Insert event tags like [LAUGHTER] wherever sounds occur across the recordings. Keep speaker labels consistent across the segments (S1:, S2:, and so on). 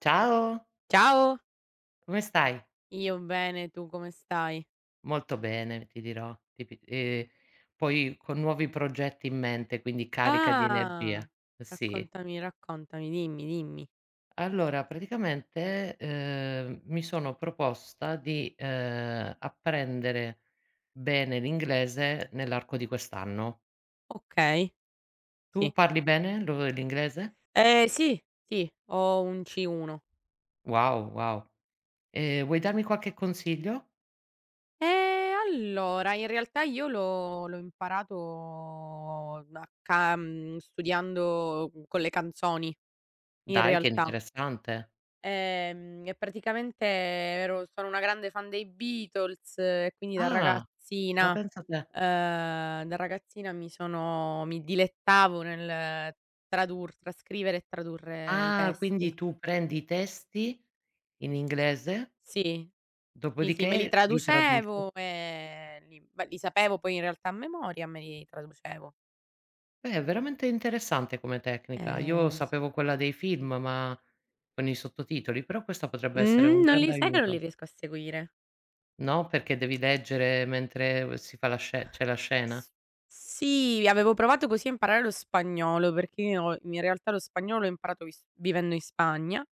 S1: Ciao,
S2: Ciao,
S1: come stai?
S2: io bene, tu come stai?
S1: Molto bene, ti dirò. Ti pi Poi con nuovi progetti in mente, quindi carica di energia.
S2: Ah,
S1: Sì.
S2: raccontami, raccontami, dimmi, dimmi.
S1: Allora praticamente, mi sono proposta di, apprendere bene l'inglese nell'arco di quest'anno.
S2: Okay,
S1: Tu
S2: sì.
S1: parli bene lo l'inglese?
S2: Sì, sì, ho un C1.
S1: Wow, wow. Vuoi darmi qualche consiglio?
S2: Allora, in realtà io l'ho imparato studiando con le canzoni, in
S1: Dai, che
S2: realtà.
S1: interessante.
S2: E praticamente ero sono una grande fan dei Beatles e quindi da
S1: Ah, ma
S2: ragazzina
S1: pensa te.
S2: mi dilettavo nel tradur trascrivere e tradurre i
S1: Ah, quindi
S2: testi.
S1: tu prendi i testi in inglese,
S2: Sì, sì, sì, me li
S1: dopodiché li traduci.
S2: traducevo e li sapevo poi in realtà a memoria, me li traducevo.
S1: Beh, è veramente interessante come tecnica. Io
S2: Ehm, s
S1: sapevo quella dei film, ma con i sottotitoli, però questa potrebbe essere un
S2: mhmm, Non li
S1: grande
S2: sai che non
S1: aiuto.
S2: li riesco a seguire.
S1: No, perché devi leggere mentre si fa la sce c'è la scena.
S2: S Sì, avevo provato così a imparare lo spagnolo, perché io in realtà lo spagnolo l'ho imparato vis vivendo in Spagna.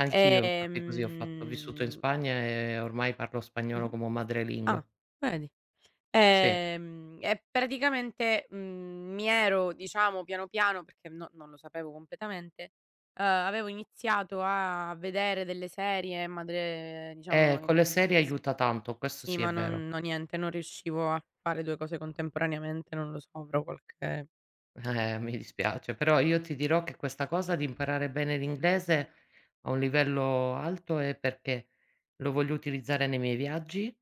S1: Anch'io infatti così ho fatto, ho vissuto in
S2: ehm
S1: Spagna e ormai parlo spagnolo
S2: Mh-mh.
S1: come
S2: Ah,
S1: madrelingua.
S2: vedi.
S1: Sì,
S2: E praticamente, mi ero diciamo piano piano, perché no non lo sapevo completamente, avevo iniziato a vedere delle serie, ma delle diciamo,
S1: con le serie
S2: mhmm, s
S1: aiuta tanto, questo
S2: sì,
S1: sì
S2: ma
S1: è vero.
S2: non no niente, non riuscivo a fare 2 cose contemporaneamente, non lo so, avrò qualche
S1: Mi dispiace, però io ti dirò che questa cosa di imparare bene l'inglese a un livello alto è perché lo voglio utilizzare nei miei viaggi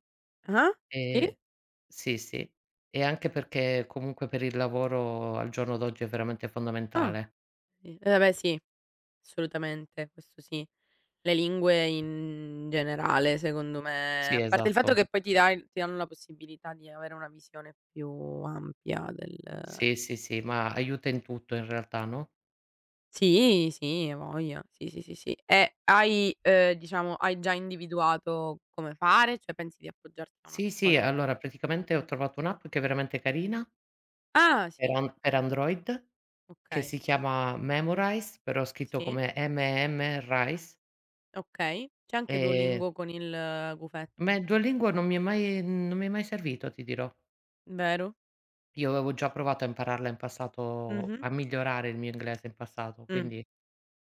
S2: ah? Sì?
S1: e sì, sì, e anche perché comunque per il lavoro al giorno d'oggi è veramente
S2: Ah,
S1: fondamentale.
S2: sì. Vabbè sì, assolutamente, questo sì. Le lingue in generale secondo me
S1: Sì,
S2: a parte il fatto
S1: esatto.
S2: che poi ti danno la possibilità di avere una visione più ampia del.
S1: Sì, sì, sì, ma aiuta in tutto in realtà, no?
S2: Sì, sì, hai voglia. Sì, sì, sì, sì. E hai, diciamo hai già individuato come fare? Cioè pensi di appoggiarti a una
S1: Sì, sì,
S2: scuola?
S1: allora praticamente ho trovato un'app che è veramente carina
S2: Ah sì,
S1: per Android che
S2: okay.
S1: si chiama Memorize, però scritto
S2: Sì,
S1: come M-M-Rise.
S2: okay. C'è anche
S1: Ehm,
S2: Duolingo con il
S1: ma
S2: gufetto,
S1: il Duolingo non mi è mai servito, ti dirò.
S2: vero?
S1: Io avevo già provato a impararla in passato
S2: Mh-mh.
S1: a migliorare il mio inglese in passato,
S2: Mh,
S1: quindi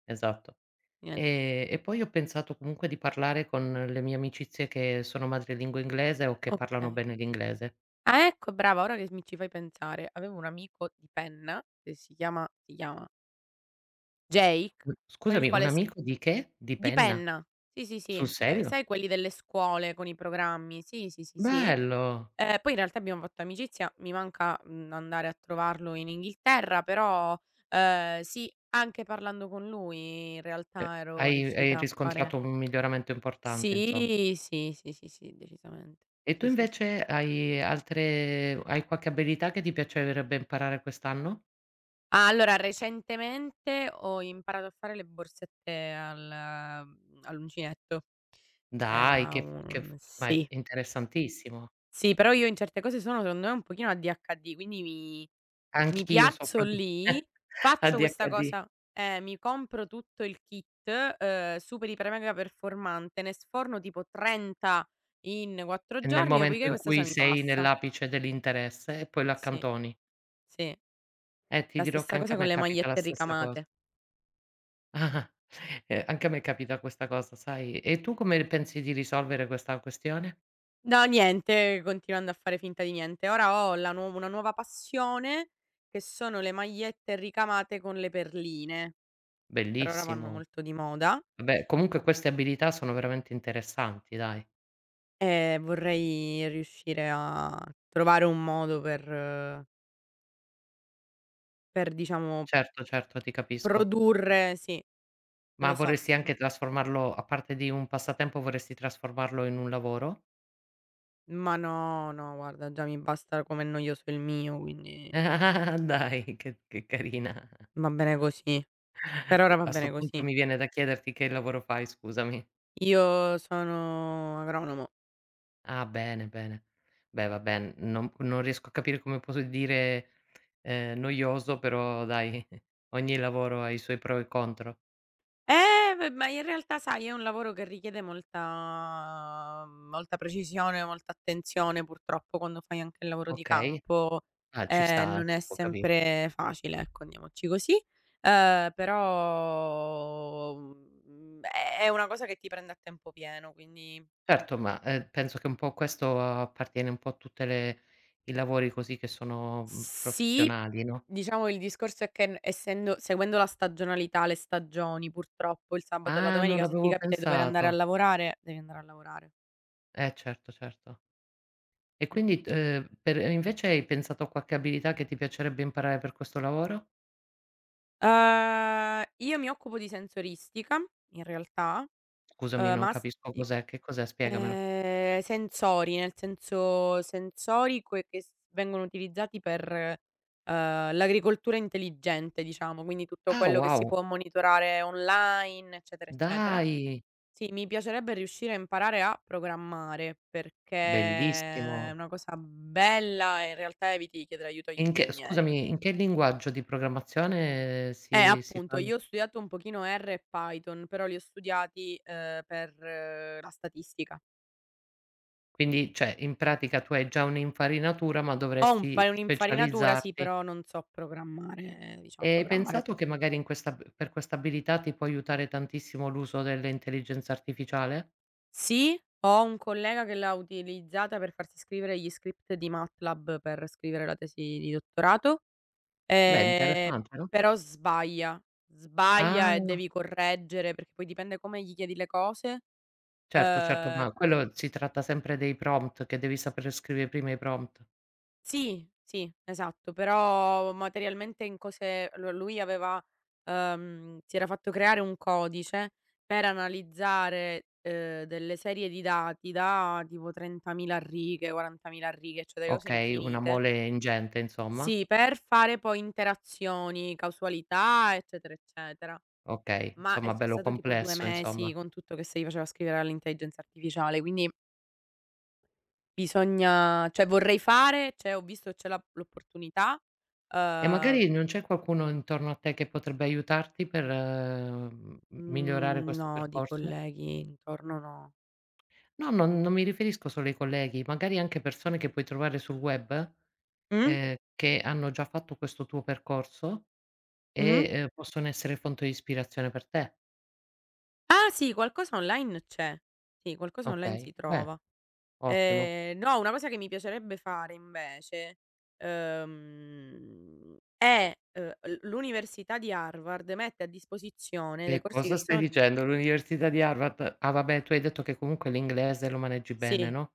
S1: esatto.
S2: niente.
S1: E poi ho pensato comunque di parlare con le mie amicizie che sono madrelingua inglese o che parlano
S2: Okay.
S1: bene l'inglese.
S2: Ah, ecco brava, ora che mi ci fai pensare, avevo un amico di penna che si chiama Jake, con il
S1: Scusami, un
S2: quale s
S1: amico di che? Di
S2: di
S1: penna?
S2: penna, sì, sì,
S1: Sul
S2: sì,
S1: serio?
S2: sai quelli delle scuole con i programmi, sì, sì, sì, sì.
S1: Bello!
S2: Poi in realtà abbiamo fatto amicizia, mi manca, andare a trovarlo in Inghilterra, però, sì, anche parlando con lui in
S1: E
S2: realtà ero
S1: hai
S2: riuscita a
S1: riscontrato
S2: fare.
S1: un miglioramento importante inso
S2: Sì, sì, sì, sì, sì, decisamente.
S1: E tu
S2: Sì, sì, sì.
S1: invece hai qualche abilità che ti piacerebbe imparare quest'anno?
S2: Ah, allora recentemente ho imparato a fare le borsette all'uncinetto, che
S1: Dai,
S2: era
S1: che
S2: un.
S1: f ma è
S2: Sì,
S1: interessantissimo.
S2: sì, però io in certe cose sono secondo me un pochino ADHD, quindi mi
S1: Anch'io
S2: piazzo
S1: soffro di [LAUGHS]
S2: lì, faccio questa
S1: ADHD
S2: cosa, mi compro tutto il kit, super iper mega performante, ne sforno tipo 30 in 4
S1: nel
S2: giorni,
S1: momento
S2: dopodiché
S1: in
S2: questa cosa
S1: cui
S2: mi
S1: sei
S2: passa.
S1: nell'apice dell'interesse e poi lo
S2: Sì,
S1: accantoni.
S2: sì.
S1: Ti
S2: La
S1: dirò
S2: stessa
S1: che
S2: cosa
S1: anche a
S2: con
S1: me
S2: le
S1: capita la
S2: magliette
S1: stessa cosa.
S2: ricamate.
S1: [LAUGHS] Ah-ah. Anche a me capita questa cosa, sai. E tu come pensi di risolvere questa questione?
S2: No, niente, continuando a fare finta di niente. Ora ho la nuo una nuova passione che sono le magliette ricamate con le perline. Per ora vanno
S1: Bellissimo.
S2: molto di moda
S1: Vabbè, comunque queste abilità sono veramente interessanti, dai.
S2: e vorrei riuscire a trovare un modo per diciamo
S1: Certo, certo, ti capisco.
S2: produrre. Sì, non
S1: Ma
S2: lo so,
S1: vorresti anche
S2: sto
S1: trasformarlo a parte di un passatempo, vorresti trasformarlo in un lavoro?
S2: ma no, no, guarda, già mi basta com'è noioso il mio, quindi
S1: [LAUGHS] Ah, dai, che carina.
S2: va bene così. Per ora va
S1: A 'sto
S2: bene
S1: punto
S2: così.
S1: mi viene da chiederti che lavoro fai, scusami?
S2: Io sono agronomo.
S1: Ah, bene, bene. Beh, vabbè, n non riesco a capire come posso dire, noioso, però dai, [LAUGHS] ogni lavoro ha i suoi pro e contro.
S2: Beh, ma in realtà sai, è un lavoro che richiede molta molta precisione, molta attenzione, purtroppo quando fai anche il lavoro di
S1: Okay.
S2: campo,
S1: Ah, ci sta,
S2: non è
S1: si può capire.
S2: sempre facile, ecco, andiamoci così. Però, è una cosa che ti prende a tempo pieno, quindi
S1: Certo, ma, penso che un po' questo appartiene un po' a tutte le i lavori così che sono, mhmm,
S2: sì,
S1: professionali, no?
S2: diciamo il discorso è che n essendo seguendo la stagionalità, le stagioni, purtroppo il sabato e la
S1: Ah, non
S2: domenica se ti
S1: l'avevo
S2: capita di dover andare a
S1: pensato.
S2: lavorare, devi andare a lavorare.
S1: Certo, certo. E
S2: Mh.
S1: quindi t per invece hai pensato a qualche abilità che ti piacerebbe imparare per questo lavoro?
S2: Io mi occupo di sensoristica in realtà,
S1: Scusami, non
S2: ma s
S1: capisco
S2: di
S1: cos'è. Che cos'è? Spiegamelo.
S2: sensori, nel senso sensorico e che s vengono utilizzati per, l'agricoltura intelligente diciamo, quindi tutto
S1: Ah,
S2: quello che si
S1: wow!
S2: può monitorare online, eccetera, eccetera.
S1: Dai,
S2: Sì, mi piacerebbe riuscire a imparare a programmare, perché
S1: bellissimo.
S2: è una cosa bella e in realtà eviti di chiedere aiuto agli
S1: In che
S2: ingegneri.
S1: scusami, in che linguaggio di programmazione si
S2: Appunto,
S1: fanno?
S2: io ho studiato un pochino R e Python, però li ho studiati, per la statistica.
S1: Quindi, cioè, in pratica tu hai già un'infarinatura, ma
S2: Ho
S1: dovresti
S2: un'infarinatura. Sì,
S1: specializzarti.
S2: però non so programmare, diciamo
S1: E hai
S2: programmare,
S1: pensato che
S2: programmare.
S1: magari in questa ab per questa abilità ti può aiutare tantissimo l'uso dell'intelligenza artificiale?
S2: Sì, ho un collega che l'ha utilizzata per farsi scrivere gli script di MATLAB per scrivere la tesi di dottorato,
S1: Beh,
S2: ehm,
S1: interessante, no?
S2: però sbaglia,
S1: Ah,
S2: sbaglia e devi correggere, perché poi dipende come gli chiedi le cose.
S1: certo, certo,
S2: ehm
S1: ma quello si tratta sempre dei prompt, che devi saper scrivere prima i prompt.
S2: Sì, sì, esatto, però materialmente in cose allo lui aveva, si era fatto creare un codice per analizzare, delle serie di dati da tipo 30.000 righe, 40.000 righe, cioè delle cose
S1: Okay, una
S2: infinite.
S1: mole ingente insomma.
S2: Sì, per fare poi interazioni, causalità, eccetera, eccetera.
S1: Okay,
S2: Ma è
S1: insomma
S2: s
S1: bello
S2: stato tipo 2
S1: complesso
S2: mesi
S1: insomma.
S2: con tutto che si faceva scrivere all'intelligenza artificiale, quindi. Bisogna Cioè vorrei fare, cioè ho visto che c'è la l'opportunità,
S1: E
S2: uhm,
S1: magari non c'è qualcuno intorno a te che potrebbe aiutarti per, mhmm,
S2: mhmm,
S1: migliorare questo
S2: no di
S1: percorso?
S2: colleghi intorno no.
S1: No, non mi riferisco solo ai colleghi, magari anche persone che puoi trovare sul web,
S2: Mh?
S1: che hanno già fatto questo tuo percorso e,
S2: Mh?
S1: possono essere fonte di ispirazione per te.
S2: Ah sì, qualcosa online c'è. Sì, qualcosa online si
S1: Okay, beh,
S2: trova.
S1: ottimo.
S2: No, una cosa che mi piacerebbe fare invece, è, l'università di Harvard mette a disposizione dei
S1: Che
S2: corsi
S1: cosa
S2: che
S1: okay stai
S2: sono.
S1: dicendo? L'università di Harvard. Ah vabbè, tu hai detto che comunque l'inglese lo maneggi bene,
S2: Sì,
S1: no,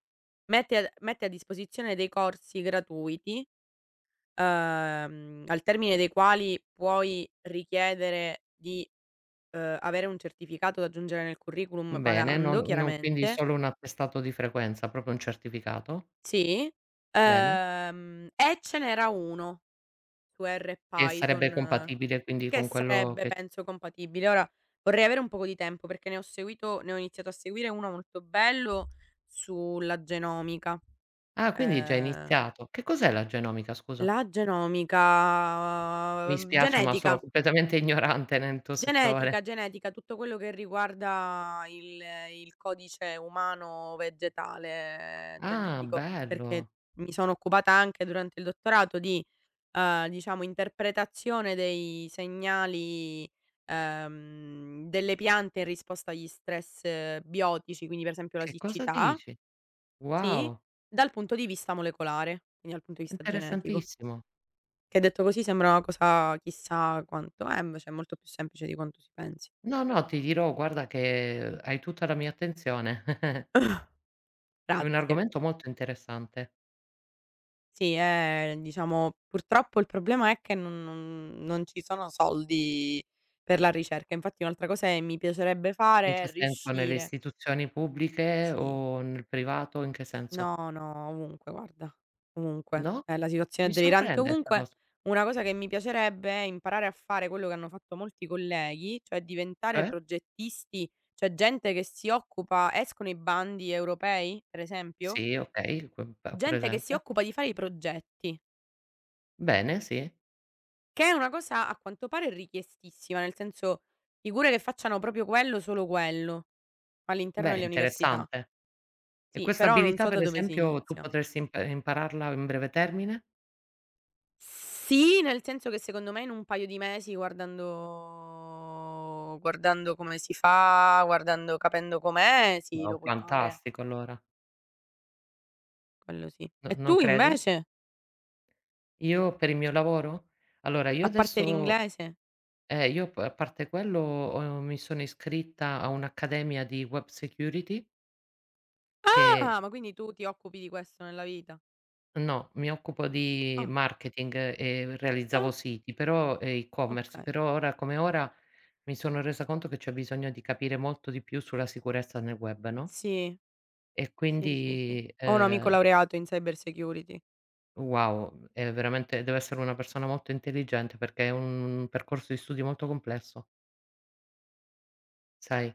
S2: mette a disposizione dei corsi gratuiti, al termine dei quali puoi richiedere di, avere un certificato da aggiungere nel curriculum
S1: bene, non
S2: pagando
S1: non quindi
S2: chiaramente.
S1: solo un attestato di frequenza, proprio un certificato,
S2: Sì,
S1: bene,
S2: e ce n'era uno su R e
S1: che
S2: Python,
S1: sarebbe compatibile quindi
S2: che
S1: con quello
S2: sarebbe
S1: che
S2: penso compatibile. Ora vorrei avere un poco di tempo perché ne ho iniziato a seguire uno molto bello sulla genomica,
S1: ah, quindi hai già
S2: ehm,
S1: iniziato. Che cos'è la genomica, scusa?
S2: la genomica,
S1: Mi spiace, ma sono
S2: genetica.
S1: completamente ignorante nel tuo settore.
S2: Genetica, genetica, tutto quello che riguarda il codice umano vegetale,
S1: Ah,
S2: genetico, perché
S1: bello.
S2: mi sono occupata anche durante il dottorato di, diciamo interpretazione dei segnali, delle piante in risposta agli stress, biotici, quindi per esempio la
S1: Che cosa
S2: siccità,
S1: dici?
S2: sì,
S1: Wow,
S2: dal punto di vista molecolare, quindi dal punto di vista genetico.
S1: interessantissimo.
S2: Che detto così sembra una cosa chissà quanto è, invece è molto più semplice di quanto si pensi.
S1: No, no, ti dirò, guarda che hai tutta la mia attenzione. [LAUGHS] È un
S2: Grazie.
S1: argomento molto interessante.
S2: Sì, diciamo purtroppo il problema è che non ci sono soldi per la ricerca. Infatti un'altra cosa che mi piacerebbe
S1: In
S2: fare
S1: che
S2: è
S1: senso? Nelle
S2: riuscire.
S1: istituzioni pubbliche
S2: Sì.
S1: o nel privato? In che senso?
S2: No, no, ovunque guarda, ovunque.
S1: No?
S2: La situazione è
S1: Mi
S2: delirante
S1: sorprende 'sta
S2: ovunque.
S1: cosa.
S2: Una cosa che mi piacerebbe è imparare a fare quello che hanno fatto molti colleghi, cioè diventare
S1: Cioè?
S2: progettisti, cioè gente che si occupa escono i bandi europei, per esempio,
S1: Sì, okay, que ho
S2: gente che si
S1: presente.
S2: occupa di fare i progetti.
S1: Bene, sì.
S2: Che è una cosa a quanto pare richiestissima, nel senso figure che facciano proprio quello, solo quello, all'interno
S1: Beh,
S2: delle università.
S1: interessante. E
S2: Sì,
S1: questa
S2: però non
S1: abilità
S2: so da
S1: per
S2: dove si
S1: esempio tu
S2: inizia.
S1: potresti impararla in breve termine?
S2: Sì, nel senso che secondo me in un paio di mesi guardando come si fa, guardando capendo com'è, sì,
S1: Wow.
S2: lo puoi fare,
S1: Fantastico allora,
S2: quello sì.
S1: no
S2: E
S1: non
S2: tu
S1: credi?
S2: invece?
S1: Io per il mio lavoro? Allora io
S2: A parte
S1: adesso
S2: l'inglese?
S1: io p a parte quello ho mi sono iscritta a un'accademia di web security che
S2: Ah, ma quindi tu ti occupi di questo nella vita?
S1: no, mi occupo di
S2: Ah,
S1: marketing e realizzavo
S2: ah,
S1: siti, però e-commerce,
S2: okay.
S1: però ora come ora mi sono resa conto che c'è bisogno di capire molto di più sulla sicurezza nel web, no,
S2: Sì.
S1: e
S2: Sì, sì, sì.
S1: quindi,
S2: Ho un amico laureato in cyber security.
S1: Wow, è veramente deve essere una persona molto intelligente perché è un percorso di studi molto complesso, sai?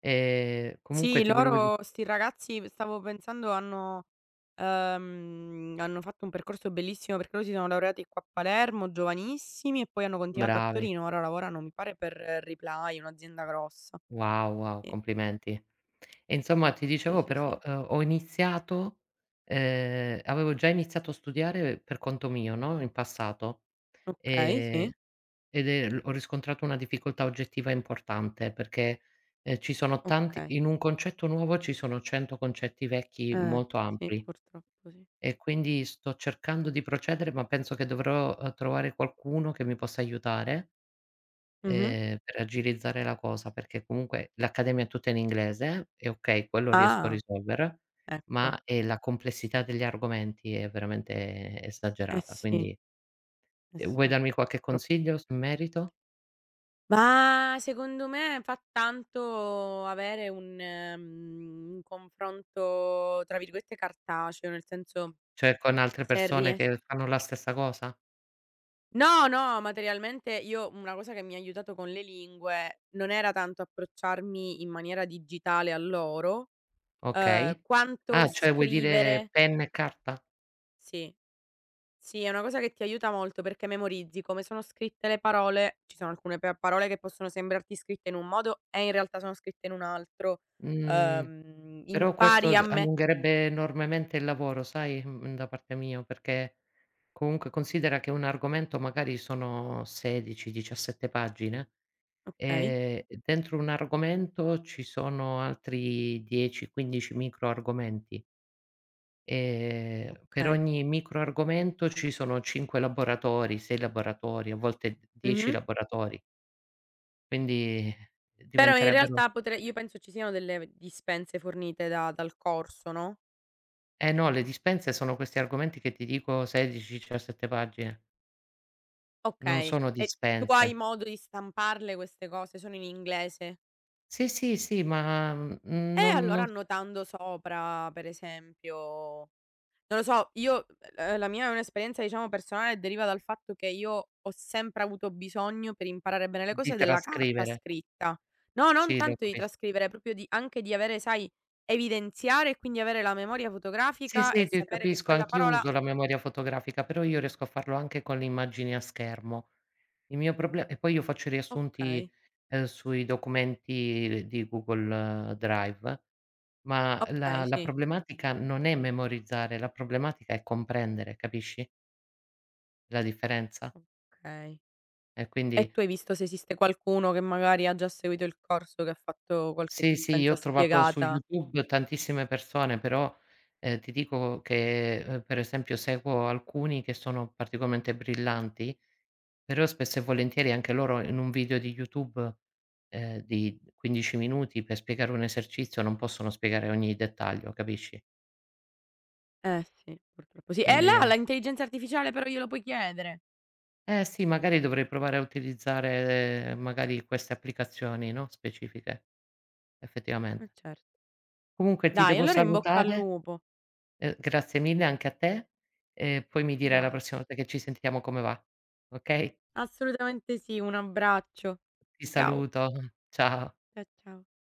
S1: Comunque
S2: Sì,
S1: ti volevo di
S2: loro, 'sti ragazzi, stavo pensando, hanno fatto un percorso bellissimo perché loro si sono laureati qua a Palermo, giovanissimi, e poi hanno continuato a
S1: bravi,
S2: Torino. Ora lavorano, mi pare, per, Reply, un'azienda grossa.
S1: wow, wow,
S2: Sì,
S1: complimenti. E insomma ti
S2: sì,
S1: dicevo
S2: sì,
S1: però,
S2: sì.
S1: ho iniziato avevo già iniziato a studiare per conto mio, no, in passato,
S2: Okay,
S1: ehm,
S2: sì,
S1: ed è l ho riscontrato una difficoltà oggettiva importante perché, ci sono tanti
S2: okay.
S1: in un concetto nuovo ci sono 100 concetti vecchi
S2: Eh,
S1: molto
S2: sì,
S1: ampli.
S2: purtroppo sì.
S1: E quindi sto cercando di procedere, ma penso che dovrò, trovare qualcuno che mi possa aiutare,
S2: Mh-mh.
S1: per agilizzare la cosa, perché comunque l'accademia è tutta in inglese e okay, quello riesco a
S2: Ah,
S1: risolvere,
S2: ecco.
S1: ma, la complessità degli argomenti è veramente
S2: Eh
S1: esagerata.
S2: sì,
S1: Quindi,
S2: eh
S1: vuoi
S2: sì,
S1: darmi qualche
S2: purtroppo.
S1: consiglio s in merito?
S2: Ma secondo me fa tanto avere un confronto tra virgolette "cartaceo", nel senso
S1: Cioè con altre
S2: se
S1: persone
S2: ries
S1: che fanno la stessa cosa?
S2: no, no, materialmente io una cosa che mi ha aiutato con le lingue non era tanto approcciarmi in maniera digitale a loro,
S1: Okay.
S2: quanto
S1: Ah, cioè vuoi dire
S2: scrivere.
S1: penna e carta?
S2: Sì. Sì, è una cosa che ti aiuta molto perché memorizzi come sono scritte le parole. Ci sono alcune pa parole che possono sembrarti scritte in un modo e in realtà sono scritte in un altro.
S1: Mh. Però questo
S2: Impari a
S1: d
S2: me
S1: allungherebbe enormemente il lavoro, sai, mhmm, da parte mia, perché comunque considera che un argomento magari sono 16, 17 pagine,
S2: Okay,
S1: dentro un argomento ci sono altri 10, 15 microargomenti, per
S2: okay.
S1: ogni microargomento ci sono 5 laboratori, 6 laboratori, a volte 10
S2: Mh-mh.
S1: laboratori, quindi
S2: Però in
S1: diventerebbero
S2: realtà potre io penso ci siano delle dispense fornite da dal corso, no,
S1: eh no, le dispense sono questi argomenti che ti dico 16, 17 pagine. Non
S2: okay,
S1: sono
S2: e tu hai
S1: dispense.
S2: modo di stamparle queste cose? Sono in inglese?
S1: Sì, sì, sì, ma, mhmm,
S2: E
S1: non
S2: allora
S1: non
S2: annotando sopra, per esempio. Non lo so, io la mia è un'esperienza, diciamo, personale, deriva dal fatto che io ho sempre avuto bisogno, per imparare bene le
S1: di
S2: cose, della carta
S1: trascrivere.
S2: scritta. No, non
S1: Sì, lo
S2: tanto di
S1: capis
S2: trascrivere, proprio di anche di avere, sai, evidenziare e quindi avere la memoria
S1: sì,
S2: fotografica e
S1: sì, ti
S2: sapere che
S1: capisco,
S2: quella
S1: anch'io
S2: parola.
S1: uso la memoria fotografica, però io riesco a farlo anche con le immagini a schermo. Il mio proble e poi io faccio i riassunti,
S2: Okay,
S1: sui documenti di Google Drive, ma
S2: okay,
S1: la
S2: sì,
S1: problematica non è memorizzare, la problematica è comprendere, capisci la differenza?
S2: okay.
S1: E quindi
S2: E tu hai visto se esiste qualcuno che magari ha già seguito il corso, che ha fatto qualche
S1: sì, sì, io
S2: dispensa
S1: ho trovato su
S2: spiegata?
S1: YouTube tantissime persone, però, ti dico che, per esempio seguo alcuni che sono particolarmente brillanti, però spesso e volentieri anche loro in un video di YouTube, di 15 minuti per spiegare un esercizio non possono spiegare ogni dettaglio, capisci?
S2: Eh sì, purtroppo sì. E
S1: Quindi
S2: là
S1: è
S2: l'intelligenza artificiale però glielo puoi chiedere.
S1: eh sì, magari dovrei provare a utilizzare magari queste applicazioni, no, specifiche. Effettivamente.
S2: Cer
S1: Comunque ti
S2: Dai,
S1: devo
S2: allora in bocca al
S1: salutare.
S2: lupo.
S1: Grazie mille anche a te, e poi mi dirai la
S2: Grazie.
S1: prossima volta che ci sentiamo come va, okay?
S2: Assolutamente sì, un abbraccio.
S1: Ti
S2: Ciao.
S1: saluto, [LAUGHS] ciao.
S2: Ciao.